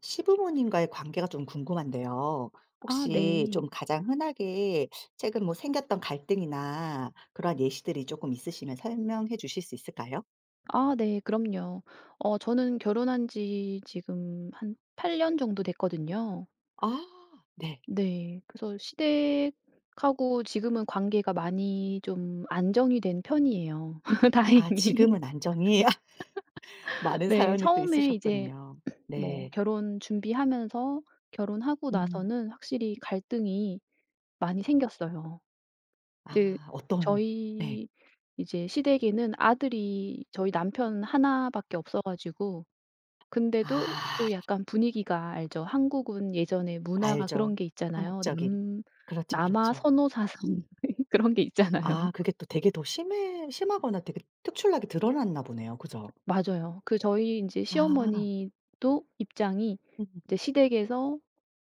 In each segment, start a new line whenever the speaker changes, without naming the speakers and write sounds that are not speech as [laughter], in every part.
시부모님과의 관계가 좀 궁금한데요.
아
혹시
네.
좀 가장 흔하게 최근 뭐 생겼던 갈등이나 그러한 예시들이 조금 있으시면 설명해 주실 수 있을까요?
아 네 그럼요. 저는 결혼한 지 지금 한 8년 정도 됐거든요.
아, 네.
네. 그래서 시댁하고 지금은 관계가 많이 좀 안정이 된 편이에요 [laughs]
아,
다행히.
지금은 안정이 [laughs] 많은
네.
사연이 또
처음에 이제
있으셨군요.
뭐
네.
결혼 준비하면서 결혼하고
음.
나서는 확실히 갈등이 많이 생겼어요. 근데
아, 어떤. 네.
저희 이제 시댁에는 아들이 저희 남편 하나 밖에 없어 가지고, 근데도
아,
또 약간 분위기가 알죠. 한국은 예전에 문화가
알죠.
그런 게 있잖아요.
한국적인.
남
그렇죠,
남아
그렇죠.
선호 사상 [laughs] 그런 게 있잖아요.
아, 그게 또 되게 더 심해 심하거나 되게 특출나게 드러났나 보네요. 그죠?
맞아요. 그 저희 인제
아.
시어머니도 입장이
음.
이제 시댁에서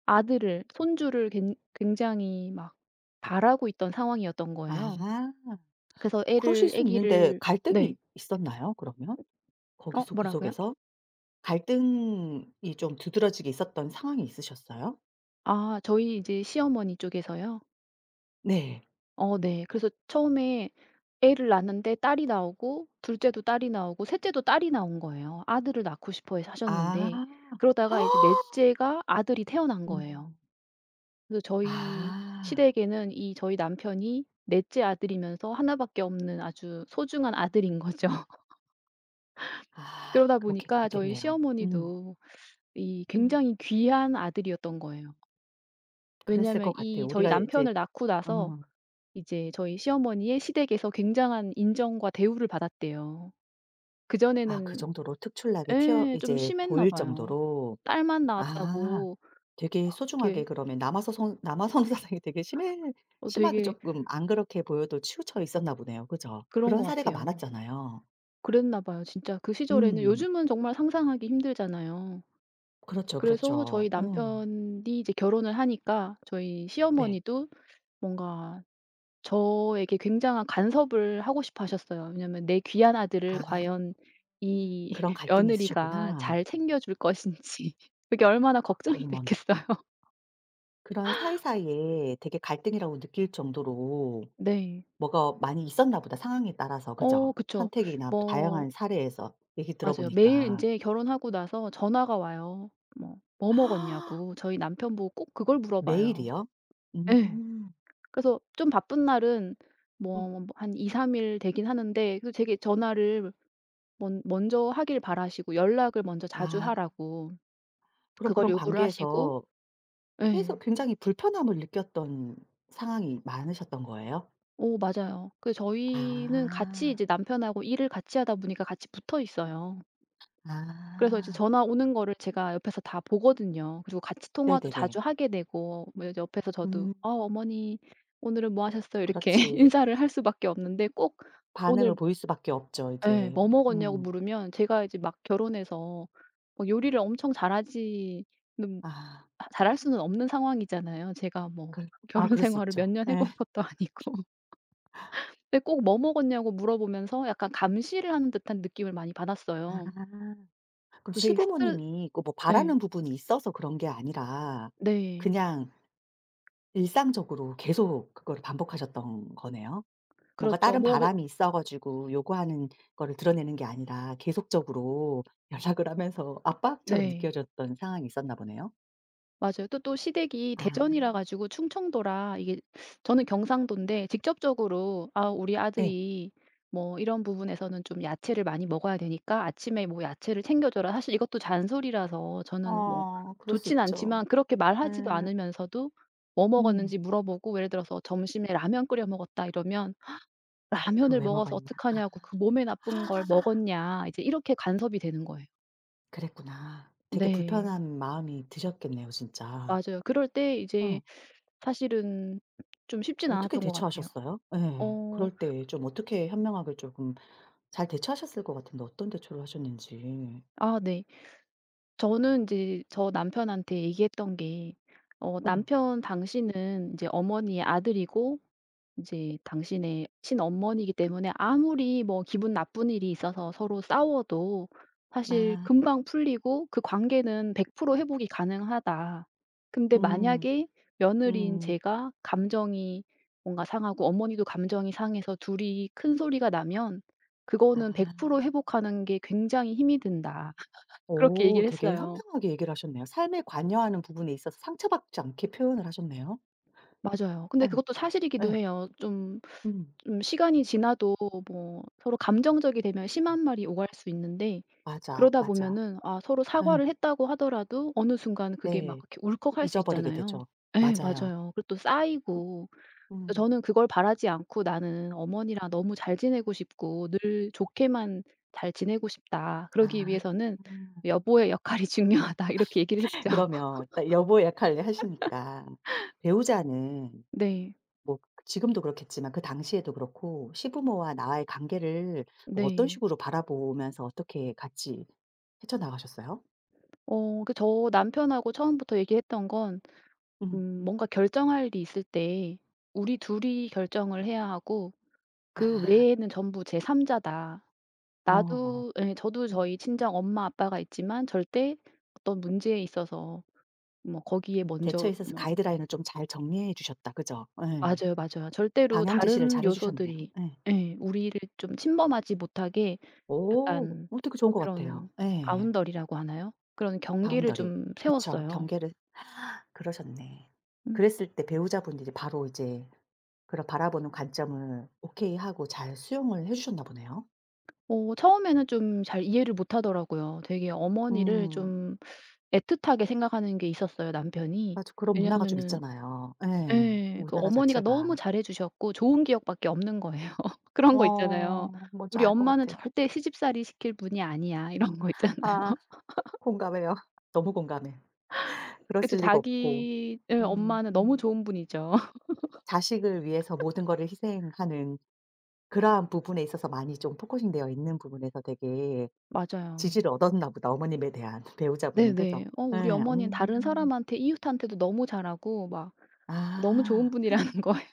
아들을 손주를 굉 굉장히 막 바라고 있던 상황이었던
아.
거예요. 그래서
그러실
애를
수는 있는데
아기를.
갈등이
네.
있었나요, 그러면?
어
거기서, 그
뭐라고요?
속에서? 갈등이 좀 두드러지게 있었던 상황이 있으셨어요?
아 저희 이제 시어머니 쪽에서요.
네.
어 네. 그래서 처음에 애를 낳았는데 딸이 나오고 둘 째도 딸이 나오고 셋 째도 딸이 나온 거예요. 아들을 낳고 싶어 해서 하셨는데.
아.
그러다가 이제 넷
[gasps]
째가 아들이 태어난
음.
거예요. 그래서 저희
아.
시댁에는 이 저희 남편이 넷째 아들이면서 하나 밖에 없는 아주 소중한 아들인 거죠. [laughs]
아,
그러다
그렇게
보니까 저희
됐겠네요. 음.
시어머니도 이
음.
굉장히 귀한 아들이었던 거예요.
그랬을 것
왜냐하면
같아요.
이 저희
우리가 이제
남편을 낳고
어.
나서 이제 저희 시어머니의 시댁에서 굉장한 인정과 대우를 받았대요.
아, 그
그전에는
정도로 특출나게
예
튀어
좀
이제
심했나
보일
봐요.
정도로.
딸만
아.
낳았다고.
되게 소중하게,
이렇게
그러면 남아서선 남아선 [laughs] 사상이 되게 심해
어
심하게
되게
쪼끔 안 그렇게 보여도 치우쳐 있었나 보네요. 그죠?
그런
그런
것
사례가
같아요.
많았잖아요.
그랬나 봐요 진짜 그 시절에는.
음.
요즘은 정말 상상하기 힘들잖아요.
그렇죠,
그래서 저희
그렇죠. 어.
남편이 이제 결혼을 하니까 저희
네.
시어머니도 뭔가 저에게 굉장한 간섭을 하고 싶어 하셨어요. 왜냐면 내 귀한 아들을
아.
과연 이
그런
[laughs]
갈등이
며느리가
있으셨구나.
잘 챙겨줄 것인지 [laughs] 그게 얼마나 걱정이
어머나.
됐겠어요. [laughs]
그런 사이사이에 되게 갈등이라고 느낄 정도로
네.
뭐가 많이 있었나 보다, 상황에 따라서. 그죠?
어 그쵸.
선택이나
뭐
다양한 사례에서 얘기
맞아요. 매일 이
들어보니까.
제 결혼하고 나서 전화가 와요. 뭐 "뭐 먹었냐."고
[gasps]
저희 남편 보고 꼭 그걸 물어봐요.
매일이요?
예.
음.
그래서 좀 바쁜 날은
음.
뭐 뭐 한2-3일 되긴 하는데, 그 되게 전화를 먼 먼저 하길 바라시고 연락을 먼저 자주
아.
하라고
그럼
그걸
그런
요구를 하시고.
관계에서 계속
예.
굉장히 불편함을 느꼈던 상황이 많으셨던 거예요?
오, 맞아요. 그 저희는 같이
아.
이제 남편하고 일을 같이 하다 보니까 같이 붙어 있어요. 그래서 이제
아.
전화 오는 거를 제가 옆에서 다 보거든요. 그리고 같이 통화도
네네네.
자주 하게 되고 뭐 이제 옆에서 저도
음.
"어 어머니 오늘은 뭐 하셨어요?" 이렇게
그렇지.
[laughs] 인사를 할 수밖에 없는데, 꼭
반응을
오늘
보일 수밖에 없죠,
예
이제.
뭐 먹었냐고
음.
물으면, 제가 이제 막 결혼해서 뭐 요리를 엄청 잘하지는
아.
잘할 수는 없는 상황이잖아요. 제가 뭐
그럴
[laughs] 결혼
그럴 수
생활을
있죠.
몇 년 해
예.
본 것도 아니고. 근데 꼭 "뭐 먹었냐."고 물어보면서 약간 감시를 하는 듯한 느낌을 많이 받았어요.
아. 그럼
그래서 되게 스트레
시부모님이 꼭 뭐
예.
바라는 부분이 있어서 그런 게 아니라
네.
그냥 일상적으로 계속 그걸 반복하셨던 거네요? 뭔가
그렇죠.
다른
뭐 그
바람이 있어 가지고 요구하는 거를 드러내는 게 아니라 계속적으로 연락을 하면서 압박처럼
네.
느껴졌던 상황이 있었나 보네요.
맞아요. 또 시댁이
아,
대전이라 가지고 충청도라 이게, 저는 경상도인데 직접적으로 아 우리
예.
아들이 뭐 이런 부분에서는 좀 야채를 많이 먹어야 되니까 "아침에 뭐 야채를 챙겨 줘라." 사실 이것도 잔소리라서 저는 뭐
어, 그럴 수
좋진
있죠.
않지만, 그렇게 말하지도
예.
않으면서도 뭐
음.
먹었는지 물어보고, 예를 들어서 "점심에 라면 끓여 먹었다." 이러면
그걸
"라면을
왜
먹어서
먹었냐. 아.
어떡하냐고 그 몸에 나쁜 걸 먹었냐." 이제 이렇게 간섭이 되는 거예요.
그랬구나. 되게
네.
불편한 마음이 드셨겠네요, 진짜.
맞아요. 그럴 때
어.
이제 사실은 좀 쉽진
어떻게
않았던 것 같아요.
대처하셨어요? 예.
어
그럴 때 좀 어떻게 현명하게 조금 잘 대처하셨을 것 같은데 어떤 대처를 하셨는지.
아 네. 저는 인제 저 남편한테 얘기했던 게, 어
음.
"남편 당신은 인제 어머니의 아들이고 이제 당신의 친엄머니이기 때문에 아무리 뭐 기분 나쁜 일이 있어서 서로 싸워도 사실
아.
금방 풀리고 그 관계는 100% 회복이 가능하다. 근데
음.
만약에 며느리인
음.
제가 감정이 뭔가 상하고 어머니도 감정이 상해서 둘이 큰 소리가 나면 그거는
아.
100% 회복하는 게 굉장히 힘이 든다." [laughs] 그렇게
오,
얘기를
되게
했어요.
현명하게 얘기를 하셨네요. 삶에 관여하는 부분에 있어서 상처받지 않게 표현을 하셨네요.
맞아요. 근데
예.
그것도 사실이기도
예.
해요. 좀
음.
시간이 지나도 뭐 서로 감정적이 되면 심한 말이 오갈 수 있는데,
맞아,
그러다
맞아.
보면은 아 서로
예.
사과를 했다고 하더라도 어느 순간 그게 막
네.
이렇게 울컥할 수
잊어버리게
있잖아요.
되죠.
네,
맞아요.
맞아요. 그리고 또 쌓이고. 그래서
음.
저는 그걸 바라지 않고 '나는 어머니랑 너무 잘 지내고 싶고 늘 좋게만 잘 지내고 싶다. 그러기
아.
위해서는 여보의 역할이 [laughs] 중요하다.' 이렇게 얘기를 했죠.
그러면 딱 여보 역할을 하시니까 배우자는
네.
뭐 지금도 그렇겠지만 그 당시에도 그렇고 시부모와 나와의 관계를 뭐 어떤
네.
식으로 바라보면서 어떻게 같이 헤쳐나가셨어요?
어 그 저 남편하고 처음부터 얘기했던 건
음.
뭔가 결정할 일이 있을 때 우리 둘이 결정을 해야 하고 그
아.
외에는 전부 제3 자다.
어.
나도 예 저도
음.
저희 친정 엄마 아빠가 있지만 절대 어떤 문제에 있어서 뭐 거기에
대처에
먼저
있어서
뭐.
가이드라인을 좀 잘 정리해 주셨다. 그죠? 예.
맞아요, 맞아요. 절대로
방향 제시를
다른
잘해 주셨네요.
요소들이
예.
예 우리를 좀 침범하지 못하게,
오,
약간
어, 되게 좋은 것 같아요.
그런
예.
바운더리라고 하나요? 그런 경계를
바운더리.
좀
그쵸.
세웠어요.
경계를 그러셨네.
음.
그랬을 때 배우자분들이 바로 이제 그런 바라보는 관점을 오케이 하고 잘 수용을 해 주셨나 보네요.
어 처음에는 좀 잘 이해를 못 하더라고요. 되게 어머니를
음.
좀 애틋하게 생각하는 게 있었어요 남편이.
맞아. 그런 문화가 좀
왜냐하면은
있잖아요. 예.
예. 그
우리나라
어머니가 너무
자체가.
잘해 주셨고 좋은 기억밖에 없는 거예요. [laughs] 그런 거
어,
있잖아요.
뭔지
'우리
알 것
엄마는
같아.
절대 시집살이 시킬 분이 아니야.' [laughs] 이런 거
아,
있잖아요.
공감해요. 너무 공감해.
그쵸.
그랬을 리가 없고.
자기 예
음.
엄마는 너무
음.
좋은 분이죠. [laughs]
자식을 위해서 모든 거를 희생하는 그러한 부분에 있어서 많이 좀 포커싱 되어 있는 부분에서 되게
맞아요.
지지를 얻었나 보다, 어머님에 대한. [laughs] 배우자분은.
네네.
그죠?
어 우리
예.
어머니는 다른
음.
사람한테 이웃한테도 너무 잘하고 막 너무 좋은
아.
분이라는 [laughs] 거예요.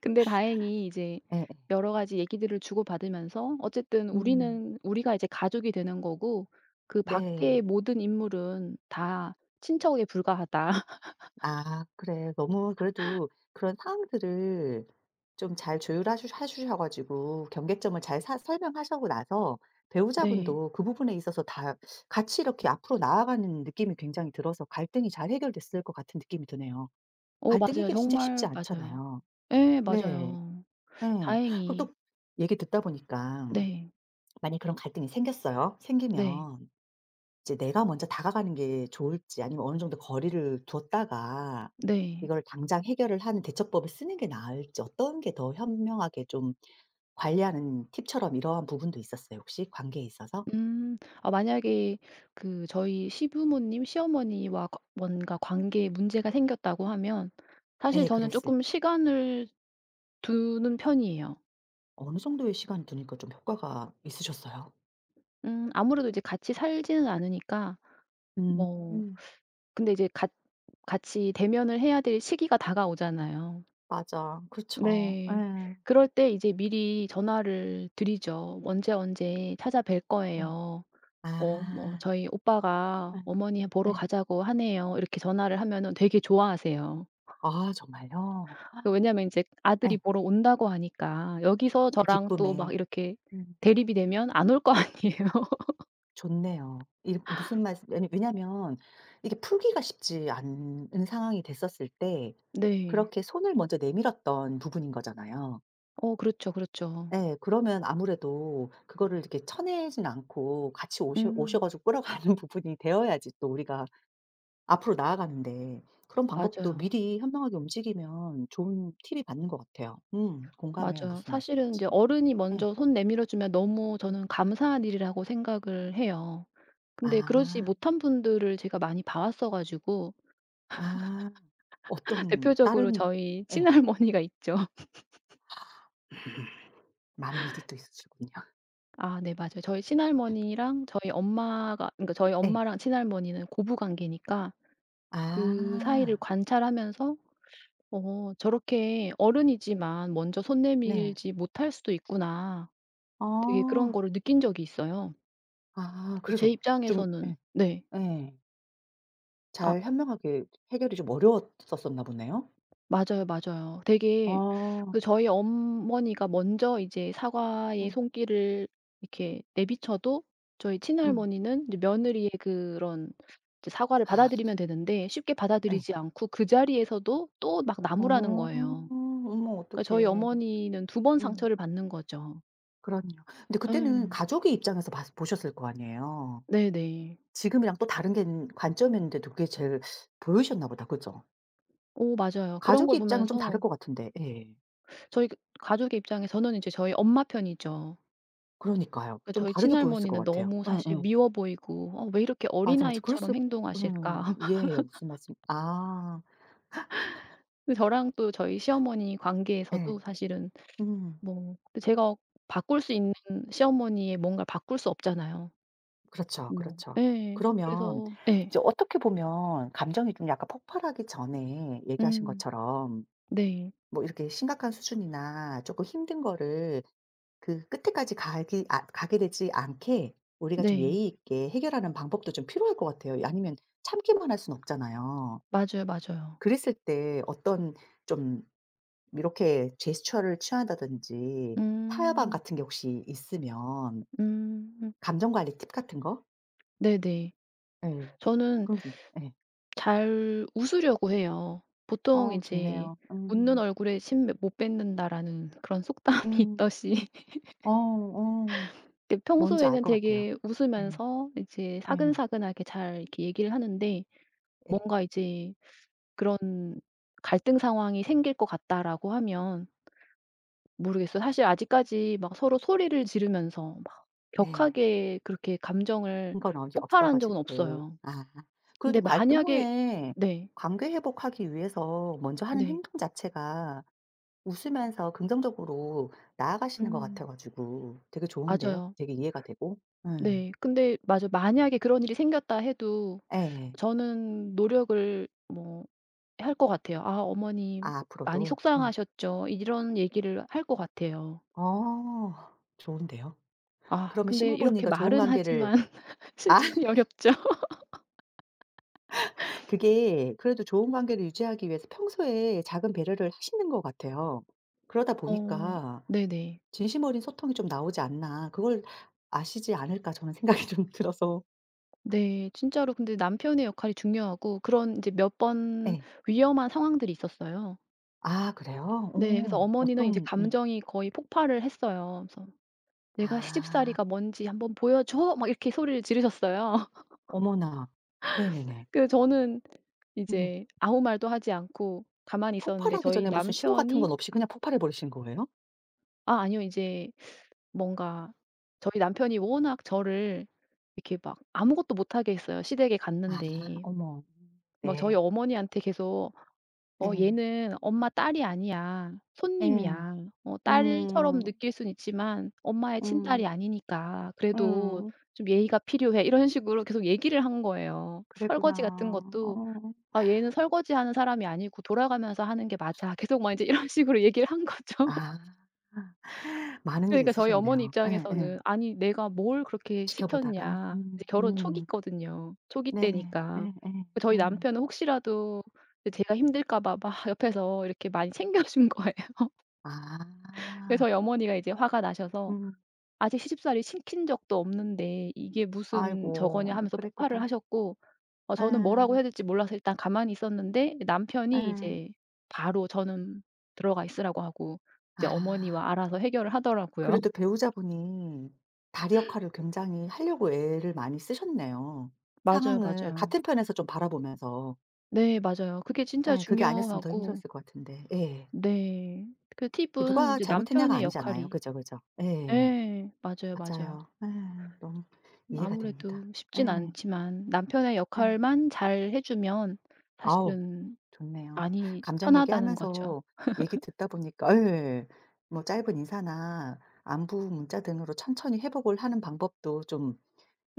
근데 다행히 이제
예예.
여러 가지 얘기들을 주고받으면서, 어쨌든
음.
우리는 우리가 이제 가족이 되는 거고 그
네.
밖의 모든 인물은 다 친척에 불과하다. [laughs]
아, 그래. 너무 그래도 그런 상황들을 좀 잘 조율하셔 하셔 가지고 경계점을 잘 사 설명하시고 나서
네.
배우자분도 그 부분에 있어서 다 같이 이렇게 앞으로 나아가는 느낌이 굉장히 들어서 갈등이 잘 해결됐을 것 같은 느낌이 드네요.
어
갈등
맞아요.
해결이 진짜 쉽지
정말 맞아요.
않잖아요.
예
네.
맞아요.
예. 그리고
다행히.
또 얘기 듣다 보니까
네.
만약에 그런 갈등이 생겼어요.
네.
생기면 이제 내가 먼저 다가가는 게 좋을지, 아니면 어느 정도 거리를 두었다가
네.
이걸 당장 해결을 하는 대처법을 쓰는 게 나을지, 어떤 게 더 현명하게 좀 관리하는 팁처럼 이러한 부분도 있었어요, 혹시 관계에 있어서?
음. 아 만약에 그 저희 시부모님, 시어머니와 거 뭔가 관계에 문제가 생겼다고 하면, 사실
예,
저는
그랬을
조금
때.
시간을 두는 편이에요.
어느 정도의 시간 두니까 좀 효과가 있으셨어요?
아무래도 이제 같이 살지는 않으니까 뭐.
음
근데 이제 같 같이 대면을 해야 될 시기가 다가오잖아요.
맞아. 그렇죠.
네.
예.
그럴 때 이제 미리 전화를 드리죠. "언제, 언제 찾아뵐
예.
거예요. 어 뭐
아.
저희 오빠가
예.
어머니 보러
예.
가자고 하네요." 이렇게 전화를 하면은 되게 좋아하세요.
아, 정말요?
그 왜냐면 인제 아들이
예.
보러 온다고 하니까, 여기서
그
저랑 또
기쁨에.
막 이렇게
음.
대립이 되면 안 올 거 [laughs] 아니에요.
좋네요. 이렇게 무슨 말씀 왜냐면 이게 풀기가 쉽지 않은 상황이 됐었을 때
네.
그렇게 손을 먼저 내밀었던 부분인 거잖아요.
어 그렇죠, 그렇죠.
예. 그러면 아무래도 그거를 이렇게 쳐내진 않고 같이 오셔
음.
가지고 끌어가는 [laughs] 부분이 되어야지 또 우리가 앞으로 나아가는데 그런 방법도
맞아요.
미리 현명하게 움직이면 좋은 팁이 받는 것 같아요. 음, 공감해요.
맞아요.
무슨
사실은 이
말씀인지.
제 어른이
예.
먼저 손 내밀어 주면 너무 저는 감사한 일이라고 생각을 해요. 근데 그러지
아.
못한 분들을 제가 많이 봐 왔어 가지고
아.
[laughs]
어떤
대표적으로
다른.
저희
예.
친할머니가 있죠. [laughs]
[laughs] 많은 일이 또 있으시군요. [laughs]
아 네 맞아요. 저희 친할머니랑 저희 엄마가, 그러니까 저희
예.
엄마랑 친할머니는 고부 관계니까 그 사이를
아.
관찰하면서 '어 저렇게 어른이지만 먼저 손
네.
내밀지 못할 수도 있구나.' 되게 그런
어.
거를 느낀 적이 있어요.
아,
그래서
그래서
제
좀.
입장에서는
예.
네.
예.
아
잘 현명하게 해결이 좀 어려웠었었나 보네요.
맞아요, 맞아요. 되게
어.
그 저희 어머니가 먼저 이제 사과의
음.
손길을 이렇게 내비쳐도 저희
음.
친할머니는 이제 며느리의 그런 이제 사과를
[sighs]
받아들이면 되는데 쉽게
아, 예.
받아들이지 않고 그 자리에서도 또 막
어.
나무라는 거예요.
어머,
그러니까 저희
어떡해.
어머니는 두 번
음.
상처를 받는 거죠.
그럼요. 근데 그때는
예.
가족의 입장에서 보셨을 거 아니에요.
네네.
지금이랑 또 다른 게 관점이었는데도 그게 제일 보이셨나 보다. 그죠?
오, 맞아요. 그런 걸
가족의 입장은 좀 다를
보면서
것 같은데. 예.
저희 그 가족의 입장에 저는 이제 저희 엄마 편이죠.
그러니까요.
그
좀
저희
다르게 보였을 것
친할머니는
같아요.
너무
응,
사실
응,
미워 보이고 '어 왜 이렇게
맞아, 맞아. 그랬을.
어린아이처럼
음,
행동하실까?' [laughs]
이해해요. 무슨 말씀. 아,
그 저랑 또 저희 시어머니
예.
관계에서도 사실은
음.
뭐 그 제가 바꿀 수 있는 시어머니의 뭔가를 바꿀 수 없잖아요.
그렇죠,
뭐
그렇죠.
예.
그러면
그래서 예.
이제 어떻게 보면 감정이 좀 약간 폭발하기 전에 얘기하신
음.
것처럼
네.
뭐 이렇게 심각한 수준이나 쪼끔 힘든 거를 그 끝에까지 가기 아 가게 되지 않게 우리가 좀
네.
예의 있게 해결하는 방법도 좀 필요할 것 같아요. 아니면 참기만 할 수는 없잖아요.
맞아요, 맞아요.
그랬을 때 어떤 좀 이렇게 제스처를 취한다든지 타협안
음.
같은 게 혹시 있으면
음.
감정 관리 팁 같은 거?
네네.
예.
저는
그럼 좀. 예.
잘 웃으려고 해요. 보통
어,
이제
좋네요.
"웃는
음.
얼굴에 침 못 뱉는다."라는 그런 속담이 [laughs]
음.
있듯이,
어, 어.
이렇게
뭔지 알
평소에는
것 같아요.
되게
예.
웃으면서 이제
예.
사근사근하게 잘 이렇게 얘기를 하는데,
예.
뭔가 이제 그런 '갈등 상황이 생길 것 같다.'라고 하면, 모르겠어요. 사실 아직까지 막 서로 소리를 지르면서 막
네.
격하게 그렇게
그
감정을
건 어디 없어
폭발한 적은
가지고.
없어요.
아. 그래도
근데
갈등
만약에.
후에
네.
관계 회복하기 위해서 먼저 하는
네.
행동 자체가 웃으면서 긍정적으로 나아가시는 것
음.
같아 가지고 되게 좋은데요.
맞아요.
되게 이해가 되고. 예.
네. 근데 맞아 만약에 그런 일이 생겼다 해도
예.
저는 노력을 뭐 할 것 같아요. "아 어머니
아,
많이
앞으로도? 음.
속상하셨죠." 이런 얘기를 할 것 같아요.
어. 좋은데요.
아
그러면
근데 이렇게
시부모님과 좋은
말은
관계를.
하지만 [laughs]
아. [laughs]
실천이 어렵죠.
그게, 그래도 좋은 관계를 유지하기 위해서 평소에 작은 배려를 하시는 것 같아요. 그러다
어
보니까
네네.
'진심 어린 소통이 좀 나오지 않나.' 그걸 아시지 않을까 저는 생각이 좀 [laughs] 들어서.
네. 진짜로 근데 남편의 역할이 중요하고, 그런 인제 몇 번
예.
위험한 상황들이 있었어요.
아, 그래요?
네. 그래서
어.
어머니는 이제
어떤. 음.
감정이 거의 폭발을 했어요. 그래서 "내가
아.
시집살이가 뭔지 한번 보여줘." 막 이렇게 소리를 지르셨어요. [laughs]
어머나. 네네네.
그래서 저는
음.
이제 아무 말도 하지 않고 가만히 있었는데
폭발하기
저희
전에 무슨 신호 같은
남편이.
건 없이 그냥 폭발해 버리신 거예요?
아 아니요. 이제 뭔가 저희 남편이 워낙 저를 이렇게 막 아무것도 못하게 했어요, 시댁에
아,
갔는데.
어머.
막 저희
네.
어머니한테 계속 "어
네.
얘는 엄마 딸이 아니야.
예.
손님이야. 어 딸처럼
음.
느낄 순 있지만 엄마의 친딸이
음.
아니니까 그래도
음.
좀 예의가 필요해." 이런 식으로 계속 얘기를 한 거예요.
그랬구나.
설거지 같은 것도
어.
"아 얘는 설거지하는 사람이 아니고 돌아가면서 하는 게 맞아." 계속 막 이제 이런 [laughs] 식으로 얘기를 한 거죠.
아. 많은 일이
그러니까 저희 어머니
있으셨네요. 예예.
입장에서는 '아니 내가 뭘 그렇게
지켜보다가.
시켰냐.'
음.
이제 결혼
음.
초기거든요. 초기
네.
때니까.
예예. 예.
그 저희
예.
남편은 혹시라도 이제 제가 힘들까 봐 막 옆에서 이렇게 많이 챙겨 준 [laughs] 거예요.
아.
그래서 저희 어머니가 이제 화가 나셔서
음.
"아직 시집살이 시킨 적도 없는데 이게 무슨 저거냐."
아이고,
하면서 폭발을
그랬구나.
하셨고, 어 저는 뭐라고
예.
해야 될지 몰라서 일단 가만히 있었는데 남편이
예.
이제 바로 저는 들어가 있으라고 하고 이제
아.
어머니와 알아서 해결을 하더라고요.
그래도 배우자분이 다리 역할을 굉장히 하려고 애를 많이 쓰셨네요.
맞아요,
상황을
맞아요.
같은 편에서 좀 바라보면서.
네 맞아요. 그게 진짜
예. 그게 아니었으면 더
중요하고.
힘들었을 것 같은데. 예.
네. 그
그
팁은
누가
이제
잘못했냐가
남편의
아니잖아요.
역할이.
그죠, 그죠. 예.
예. 맞아요, 맞아요.
맞아요. 예. 너무 이해가
아무래도
됩니다.
쉽진
예.
않지만 남편의
예.
역할만 잘 해 주면
아우.
사실은
좋네요.
많이
감정
편하다는 거죠.
얘기하면서 얘기 듣다 보니까. 예. 뭐 짧은 인사나 안부 문자 등으로 천천히 회복을 하는 방법도 좀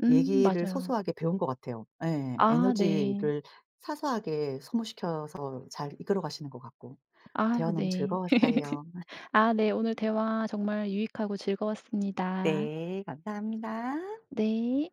얘기를
맞아요.
소소하게 배운 것 같아요. 예.
아 네.
에너지를 사소하게 소모시켜서 잘 이끌어 가시는 것 같고.
아
대화 너무
네.
즐거웠어요. [laughs]
아 네. 오늘 대화 정말 유익하고 즐거웠습니다.
네. 감사합니다.
네.